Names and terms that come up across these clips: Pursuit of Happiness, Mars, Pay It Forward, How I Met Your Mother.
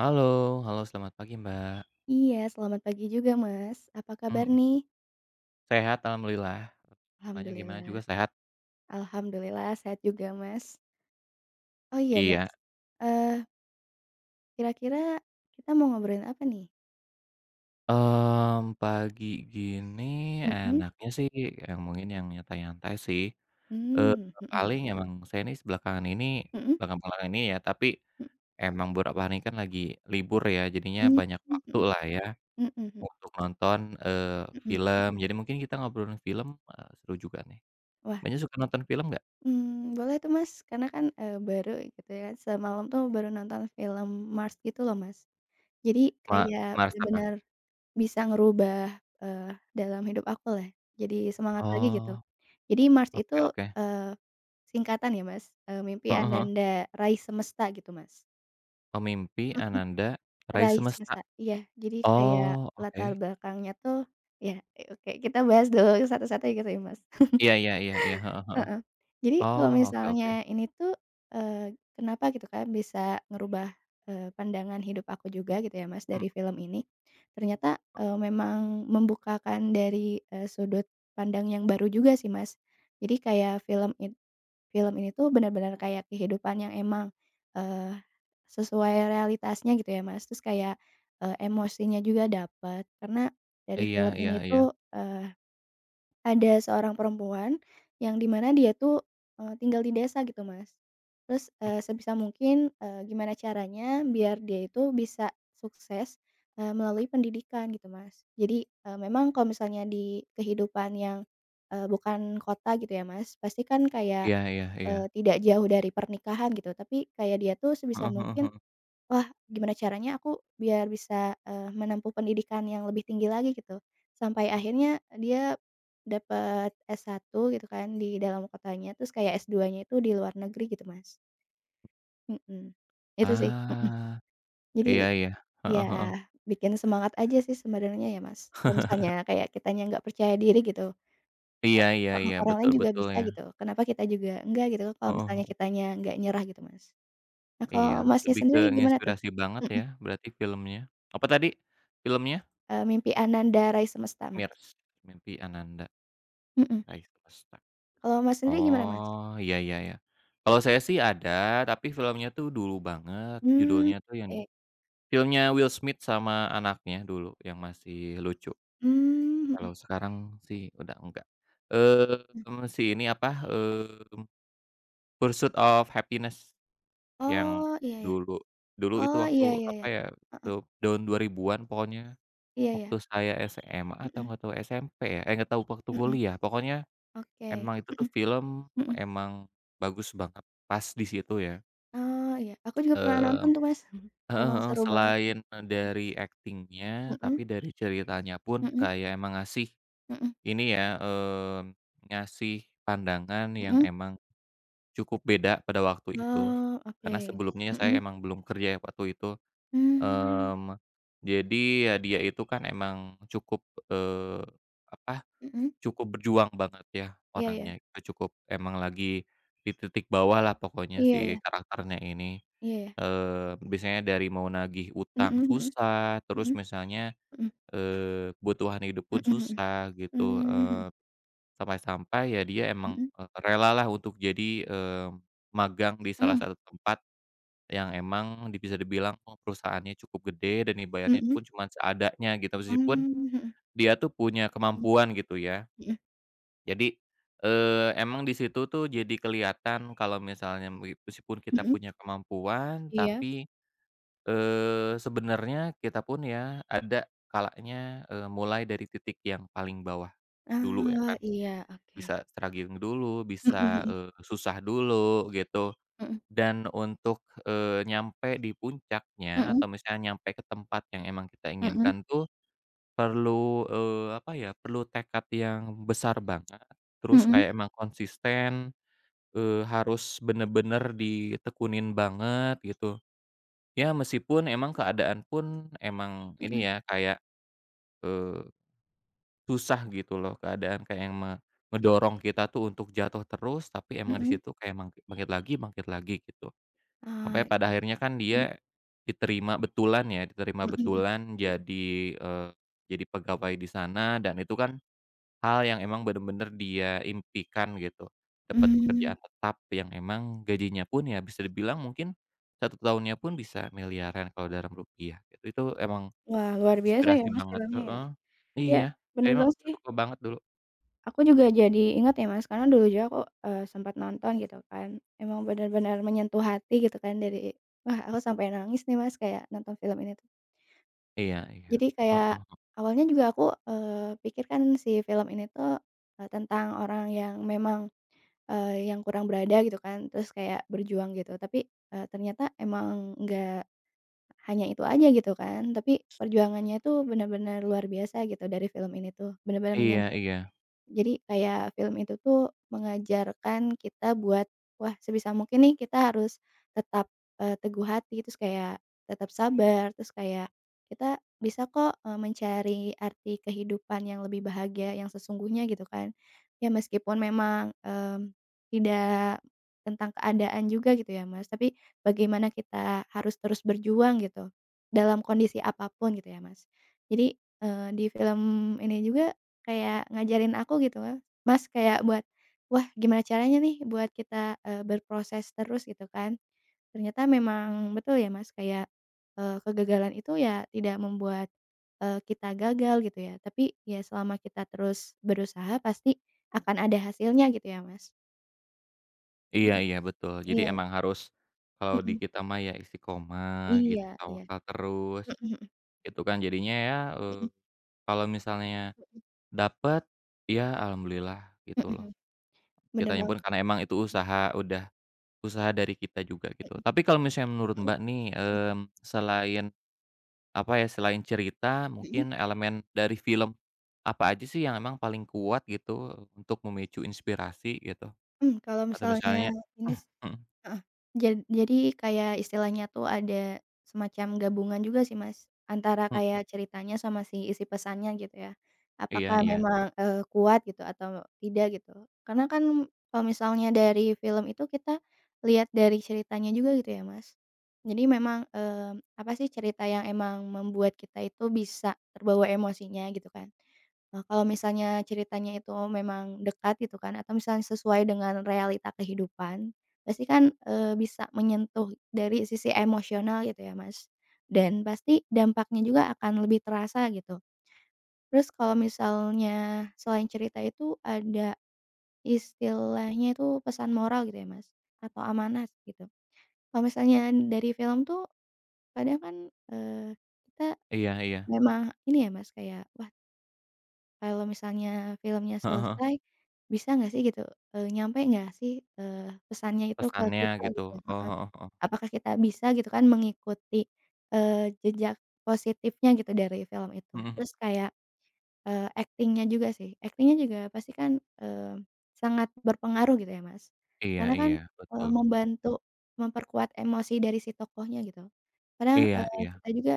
Halo halo selamat pagi, Mbak. Iya, selamat pagi juga, Mas. Apa kabar Mhm. nih? Sehat, alhamdulillah. Mbaknya gimana, juga Alhamdulillah. sehat? Alhamdulillah sehat juga, Mas. Oh iya, Iya. Mas. Eh Kira-kira kita mau ngobrolin apa nih? Pagi gini Mhm, enaknya sih yang mungkin yang nyantai-nyantai sih. eee, mmm, mhm, Paling emang saya ini belakangan ini mhm, belakang-belakangan ini ya, tapi emang beberapa hari kan lagi libur ya, jadinya mhm, banyak mhm, waktulah ya mhm mhm untuk nonton, eee, mhm. film. Jadi mungkin kita ngobrolin film, seru juga nih. Wah, Mbaknya suka nonton film nggak? Boleh tuh, Mas, karena kan, baru gitu ya, semalam tuh baru nonton film Mars gitu loh, Mas. Jadi Ma kayak Mars apa? bener-bener bisa ngerubah, dalam hidup aku lah, jadi semangat lagi gitu. Oh, Jadi Mars itu, oke oke, eee, singkatan ya Mas, mimpi heeh heeh. ananda raih semesta gitu Mas. Pemimpi Mhm, Ananda Rai raih Semesta. semesta, iya. Jadi kayak Oh, latar oke. belakangnya tuh ya, oke kita bahas dulu satu-satu gitu ya Mas. Iya iya iya iya, heeh heeh. Heeh. Jadi kalau Oh, oke oke. misalnya ini tuh, kenapa gitu kan bisa ngerubah, pandangan hidup aku juga gitu ya Mas Mhm, dari film ini. Ternyata, memang membukakan dari, sudut pandang yang baru juga sih Mas. Jadi kayak film ini tuh bener-bener kayak kehidupan yang emang, eee, sesuai realitasnya gitu ya Mas. Terus kayak, emosinya juga dapet karena dari iya film iya ini iya. tuh, ada seorang perempuan yang di mana dia tuh, tinggal di desa gitu, Mas. Terus, Mmm, sebisa mungkin, gimana caranya biar dia itu bisa sukses, melalui pendidikan gitu, Mas. Jadi, memang kalau misalnya di kehidupan yang, bukan kota gitu ya, Mas, pasti kan kayak, iya iya iya. Tidak jauh dari pernikahan gitu, tapi kayak dia tuh sebisa Heeh heeh mungkin heeh, wah, gimana caranya aku biar bisa, menempuh pendidikan yang lebih tinggi lagi gitu. Sampai mhm. akhirnya dia dapat S1 gitu kan di dalam kotanya, terus kayak S2-nya itu di luar negeri gitu, Mas. Mhm. Itu sih, mhm. Ah, Jadi iya iya, ya heeh heeh. bikin semangat aja sih sebenarnya ya, Mas. Kalau misalnya kayak kitanya nggak percaya diri gitu, o Iya iya heeh, iya, orang lain betul juga betul bisa ya. gitu, kenapa kita juga enggak gitu, kalau Heeh misalnya heeh. kitanya nggak nyerah gitu, Mas. Nah, kalau Iya, Masnya lebih ke sendiri gimana tuh? nginspirasi banget Mhm. ya berarti filmnya. Apa tadi filmnya? Mimpi Ananda Rai Semesta, Mas. Mirs, Mimpi Ananda Mhm. Rai Semesta. Kalau Mas sendiri gimana, Mas? Oh, iya iya iya. Kalau saya sih ada, tapi filmnya tuh dulu banget, Mmm, judulnya tuh yang oke. filmnya Will Smith sama anaknya dulu yang masih lucu. Mmm, mhm. Kalau sekarang sih udah enggak. Mhm. Si ini apa, Pursuit of Happiness yang Oh, iya iya. dulu dulu itu Oh, waktu iya iya apa iya. ya, Heeh. tuh tahun 2000-an pokoknya Iya iya. waktu saya SMA atau Mhm nggak tahu SMP ya, eh nggak tahu waktu mhm. kuliah, pokoknya. Oke. Emang itu tuh Mhm film, mhm. emang bagus banget pas di situ ya. Oh, iya. Aku juga pernah eee, nonton tuh, Mas. heeh Emang heeh. seru banget sih. Selain Heeh. dari aktingnya, Mhm tapi dari ceritanya pun mhm kayak emang ngasih mhm ini ya, mmm, ngasih pandangan yang mhm. emang cukup beda pada waktu itu. Oh, oke. Karena sebelumnya saya Mhm. emang belum kerja ya waktu itu. Mmm, mmm, jadi ya dia itu kan emang cukup, eee, apa mhm. cukup berjuang banget ya Iya iya. orangnya. Itu cukup emang lagi di titik bawah lah pokoknya Iya iya. si karakternya ini. Iya iya. Biasanya dari mau nagih utang Mhm mhm. susah, terus Mhm misalnya, mhm. Kebutuhan hidup pun Mhm mhm. susah gitu. Mmm, mhm Sampai-sampai ya dia emang, mhm. Relalah untuk jadi, magang di salah Mhm. satu tempat yang emang di bisa dibilang, oh, perusahaannya cukup gede dan dibayarnya Mhm, pun cuman seadanya gitu, meskipun mmm, mhm, dia tuh punya mhm kemampuan gitu ya. mhm Jadi, emang di situ tuh jadi kelihatan kalau misalnya meskipun kita mhm. punya kemampuan, Iya. tapi, sebenarnya kita pun ya ada kalanya, mulai dari titik yang paling bawah dulu ya Oh, kan. iya, oke. Bisa struggling dulu, bisa, Mhm susah dulu gitu. mhm, Dan untuk, nyampe di puncaknya atau mhm misalnya nyampe ke tempat yang emang kita mhm inginkan tuh Perlu, eee, apa ya, perlu tekad yang besar banget, terus mhm kayak emang konsisten, harus bener-bener ditekunin banget gitu. Ya meskipun emang keadaan pun emang mhm ini ya kayak, eee, susah gitu loh. Keadaan kayak yang ngedorong kita tuh untuk jatuh terus, tapi emang mhm di mhm. situ kayak mangki bangkit lagi gitu. Ah, Sampai pada akhirnya kan mhm dia diterima betulan ya, diterima mhm mhm betulan mhm, jadi, eee, jadi pegawai di sana, dan itu kan hal yang emang bener-bener dia impikan gitu. Dapat mmm. pekerjaan tetap yang emang gajinya pun ya bisa dibilang mungkin satu tahunnya pun bisa miliaran kalau dalam rupiah gitu. Itu emang Wah, luar biasa ya, inspirasi Mas, banget filmnya ya? heeh, Iya, iya, bener emang banget sih. suka banget dulu. Aku juga jadi inget ya, Mas, karena dulu juga aku, sempat nonton gitu kan. Emang bener-bener menyentuh hati gitu kan dari wah, aku sampai nangis nih, Mas, kayak nonton film ini tuh. Iya iya, Jadi kayak heeh, awalnya juga aku, pikir kan si film ini tuh, tentang orang yang memang, yang kurang berada gitu kan, terus kayak berjuang gitu. Tapi, ternyata emang nggak hanya itu aja gitu kan, tapi perjuangannya itu benar-benar luar biasa gitu dari film ini tuh, benar-benar iya iya, jadi kayak film itu tuh mengajarkan kita buat, wah sebisa mungkin nih kita harus tetap, teguh hati, terus kayak tetap sabar, terus kayak kita bisa kok, mencari arti kehidupan yang lebih bahagia, yang sesungguhnya gitu kan. Ya meskipun memang, tidak tentang keadaan juga gitu ya Mas, tapi bagaimana kita harus terus berjuang gitu, dalam kondisi apapun gitu ya Mas. Jadi, di film ini juga kayak ngajarin aku gitu kan, Mas, kayak buat, wah gimana caranya nih buat kita, berproses terus gitu kan. Ternyata memang betul ya, Mas, kayak, kegagalan itu ya tidak membuat, kita gagal gitu ya, tapi ya selama kita terus berusaha pasti akan ada hasilnya gitu ya, Mas. iya Mhm, iya betul. Jadi iya, emang harus, kalau di mhm, kita mah ya istiqomah gitu, iya iya, tawakal terus, mhm mhm, gitu kan jadinya ya. eee, mhm Kalau misalnya dapet, ya alhamdulillah mhm gitu loh. mhm, bener Kitanya banget, pun karena emang itu usaha udah usaha dari kita juga gitu. mhm Tapi kalau misalnya menurut mhm Mbak nih, selain apa ya, selain cerita mhm mhm, mungkin elemen dari film, apa aja sih yang emang paling kuat gitu untuk memicu inspirasi gitu? Kalau Atau misalnya misalnya ini. mhm. Heeh. Jadi kayak istilahnya tuh ada semacam gabungan juga sih, Mas, antara mmm, kayak ceritanya sama si isi pesannya gitu ya. iya Apakah iya, memang, kuat gitu atau tidak gitu. Karena kan kalau misalnya dari film itu kita lihat dari ceritanya juga gitu ya, Mas. Jadi memang, apa sih cerita yang emang membuat kita itu bisa terbawa emosinya gitu kan. Kalau misalnya ceritanya itu memang dekat gitu kan atau misalnya sesuai dengan realita kehidupan, pasti kan, bisa menyentuh dari sisi emosional gitu ya, Mas, dan pasti dampaknya juga akan lebih terasa gitu. Terus kalau misalnya selain cerita itu ada istilahnya itu pesan moral gitu ya, Mas, atau amanat gitu. Kalau misalnya dari film tuh kadang kan, eee, kita iya iya, memang ini ya, Mas, kayak, wah kalau misalnya filmnya heeh heeh, selesai, bisa nggak sih gitu, nyampe nggak sih, pesannya itu ke pesannya kita gitu, gitu? oh, Heeh. heeh heeh, Apakah kita bisa gitu kan mengikuti, jejak positifnya gitu dari film itu? mhm mhm, Terus kayak akting juga sih, aktingnya juga pasti kan, eee, sangat berpengaruh gitu ya, Mas. iya Karena kan, iya, betul, membantu memperkuat emosi dari si tokohnya gitu. Kadang, iya iya, kita juga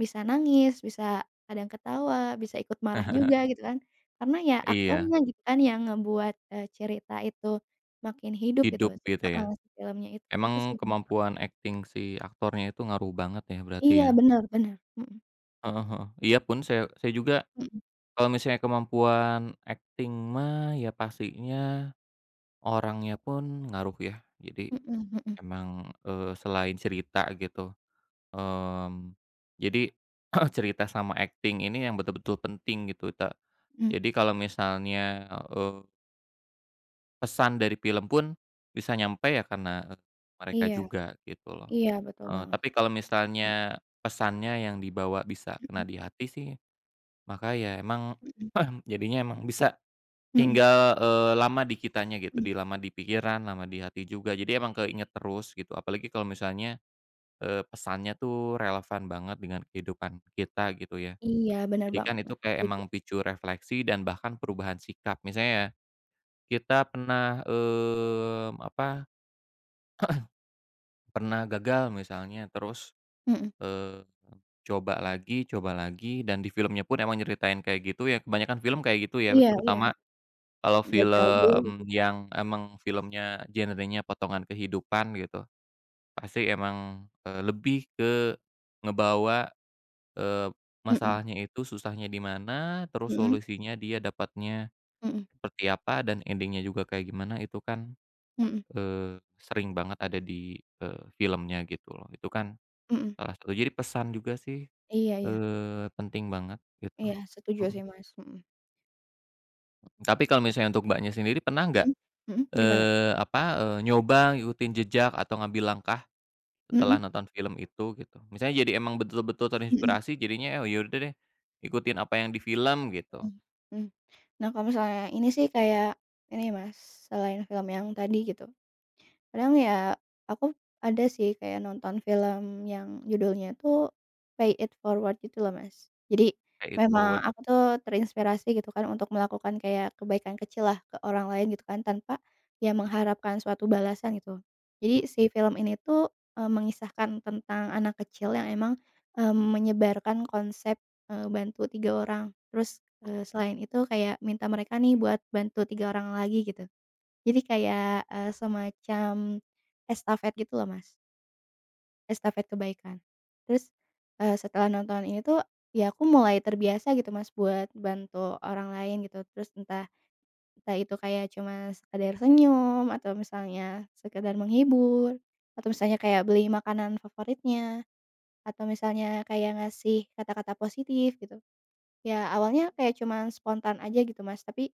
bisa nangis, bisa kadang ketawa, bisa ikut marah juga gitu kan. Karena ya iya, aktornya gitu kan yang ngebuat, cerita itu makin hidup gitu. hidup gitu ya. Heeh, si filmnya itu. Itu sih, Emang Mas. kemampuan akting si aktornya itu ngaruh banget ya berarti Iya, ya? bener bener. Mhm Heeh heeh. Iya pun saya juga mhm kalau misalnya kemampuan akting mah ya pastinya orangnya pun ngaruh ya. Jadi mhm mhm mhm emang, selain cerita gitu, mmm, jadi cerita sama akting ini yang betul-betul penting gitu mhm. jadi kalau misalnya, pesan dari film pun bisa nyampe ya karena, mereka Iya juga gitu loh. iya, betul banget. Tapi kalau Mhm misalnya pesannya yang dibawa bisa mhm kena di hati sih, maka ya emang mhm. jadinya emang bisa Mhm tinggal, lama di kitanya gitu, mhm. di lama di pikiran, lama di hati juga. Jadi emang keinget terus gitu, apalagi kalau misalnya, pesannya tuh relevan banget dengan kehidupan kita gitu ya. Iya, bener Jadi kan banget, itu Mas, kayak setuju. emang picu refleksi dan bahkan perubahan sikap. Misalnya ya, kita pernah, pernah gagal misalnya terus, Mhm. eee, coba lagi dan di filmnya pun emang nyeritain kayak gitu ya, kebanyakan film kayak gitu ya, Iya iya, terutama kalau gagal dulu gitu film kan. yang emang filmnya genrenya potongan kehidupan gitu, pasti emang, lebih ke ngebawa, eee, Mhm masalahnya itu susahnya di mana, terus mhm solusinya dia dapatnya mhm seperti apa, dan ending-nya juga kayak gimana itu kan, mhm sering banget ada di, filmnya gitu loh. Itu kan mhm. salah satu jadi pesan juga sih, Iya iya penting banget gitu. iya, setuju Mhm. sih, Mas, mhm Tapi kalau misalnya untuk Mbaknya sendiri pernah nggak. mhm mhm, gimana? Nyoba ngikutin jejak atau ngambil langkah Mhm setelah nonton film itu gitu. Misalnya jadi emang betul-betul mhm terinspirasi jadinya, "Oh ya udah deh, ikutin apa yang di film," gitu, mhm mhm. Nah, kalau misalnya ini sih kayak ini, Mas, selain film yang tadi gitu kadang ya aku ada sih kayak nonton film yang judulnya tuh Pay It Forward gitu loh, Mas. Jadi kayak it memang forward. aku tuh terinspirasi gitu kan untuk melakukan kayak kebaikan kecil lah ke orang lain gitu kan tanpa ya mengharapkan suatu balasan gitu. Jadi Mhm, si film ini tuh, mengisahkan tentang anak kecil yang emang, menyebarkan konsep, bantu 3 orang. Terus, selain itu kayak minta mereka nih buat bantu 3 orang lagi gitu. Jadi kayak, semacam estafet gitu loh, Mas, estafet kebaikan. Terus, setelah nonton ini tuh, ya aku mulai terbiasa gitu, Mas, buat bantu orang lain gitu. Terus entah entah itu kayak cuma sekedar senyum atau misalnya sekedar menghibur, atau misalnya kayak beli makanan favoritnya, atau misalnya kayak ngasih kata-kata positif gitu. Ya awalnya kayak cuman spontan aja gitu Mas, tapi,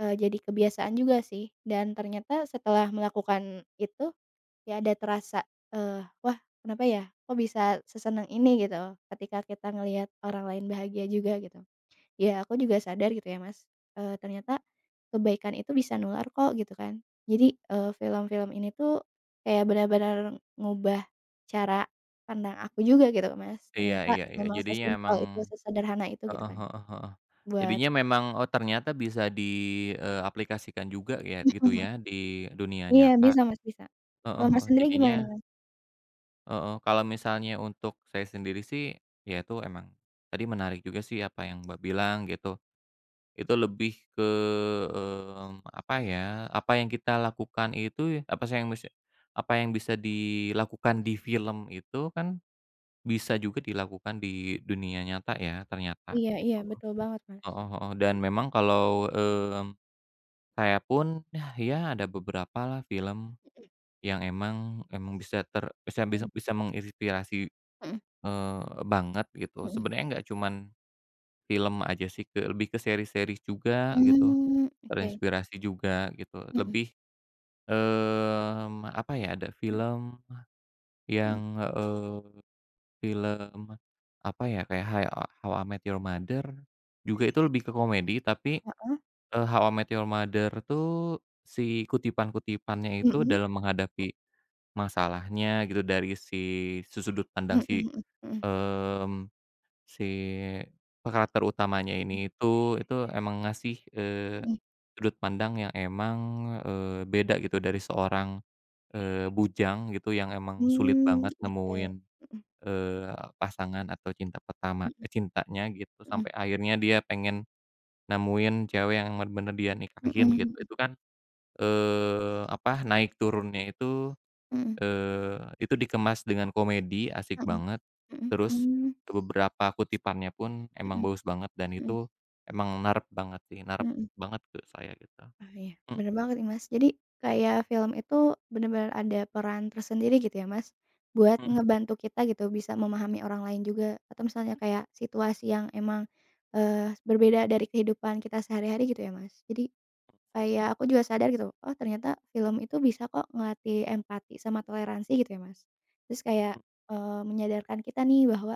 jadi kebiasaan juga sih dan ternyata setelah melakukan itu, ya ada terasa, "Wah kenapa ya, kok bisa seseneng ini?" gitu, ketika kita ngelihat orang lain bahagia juga gitu. Ya aku juga sadar gitu ya Mas, ternyata kebaikan itu bisa nular kok gitu kan. Jadi, film-film ini tuh kayak benar-benar ngubah cara pandang aku juga gitu Mas, iya ternyata iya iya, memang jadinya sesimpel emang itu, sesederhana itu gitu heeh kan heeh heeh. buat. Jadinya memang, oh ternyata bisa di, aplikasikan juga ya gitu ya di dunia Iya, nyata. bisa Mas, bisa. Heeh Kalau Mas heeh, sendiri jadinya gimana nih, Mas? heeh, kalau misalnya untuk saya sendiri sih, ya itu emang tadi menarik juga sih apa yang Mbak bilang gitu. Itu lebih ke, apa ya, apa yang kita lakukan itu apa sih yang bisa apa yang bisa dilakukan di film itu kan bisa juga dilakukan di dunia nyata ya ternyata Iya iya, gitu. betul banget, Mas. Heeh heeh, dan memang kalau, saya pun nah ya ada beberapa lah film yang emang emang bisa ter bisa bisa Mhm bisa menginspirasi, mhm banget gitu. mhm mhm, mhm. Sebenarnya nggak cuman film aja sih, lebih ke seri seri juga gitu. Mmm, oke. Terinspirasi juga gitu, Mhm lebih, apa ya, ada mhm film mhm, yang, eee, film apa ya, kayak How I Met Your Mother juga itu lebih ke komedi tapi, heeh, How I Met Your Mother tuh si kutipan-kutipannya itu mhm dalam menghadapi masalahnya gitu dari si sudut pandang mhm si. mhm mhm mmm Si karakter utamanya ini mhm itu emang ngasih, mhm, sudut pandang yang emang, beda gitu dari seorang, bujang gitu yang emang sulit mmm, banget oke. nemuin, Mhm eee, pasangan atau mhm cintanya gitu mhm sampai akhirnya dia pengen nemuin cewek yang bener-bener dia mhm nikahin gitu. Itu mhm kan, naik turunnya itu. mhm Itu dikemas dengan komedi, asik mhm banget. mhm Terus mhm, beberapa kutipannya pun mmm, emang bagus banget dan mhm mhm itu emang narep banget sih, narep mhm. banget ke saya gitu. Oh iya, Mhm bener banget nih, Mas. Jadi kayak film itu bener-bener ada peran tersendiri gitu ya, Mas, buat mhm. ngebantu kita gitu bisa memahami orang lain juga atau misalnya kayak situasi yang emang, berbeda dari kehidupan kita sehari-hari gitu ya, Mas? Jadi kayak aku juga sadar gitu, oh ternyata film itu bisa kok ngelatih empati sama toleransi gitu ya, Mas. Terus kayak, menyadarkan kita nih bahwa,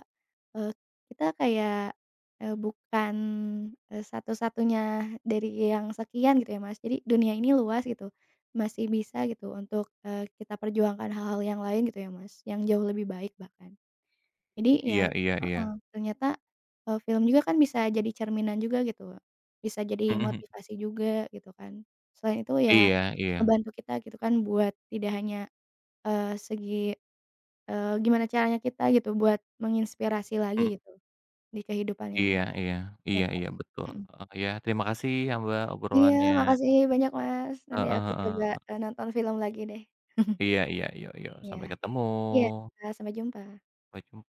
eee, kita kayak, bukan, satu-satunya dari yang sekian gitu ya, Mas. Jadi dunia ini luas gitu, masih bisa gitu untuk, kita perjuangkan hal-hal yang lain gitu ya, Mas, yang jauh lebih baik bahkan. Jadi Iya ya iya iya. heeh, ternyata, film juga kan bisa jadi cerminan juga gitu, bisa jadi Mhm mhm. motivasi juga gitu kan. Selain itu ya Iya iya. ngebantu kita gitu kan buat tidak hanya, segi, gimana caranya kita gitu buat menginspirasi Mhm. lagi gitu di kehidupan yang Iya iya. Iya nyata. iya, betul. Mhm. Heeh, iya terima kasih ya, Mbak, Iya obrolannya. makasih banyak Mas, nanti Heeh aku coba, heeh. Nonton film lagi deh. Iya iya, yuk yuk, Iya sampai ketemu. iya, Kak, sampai jumpa. Sampai jum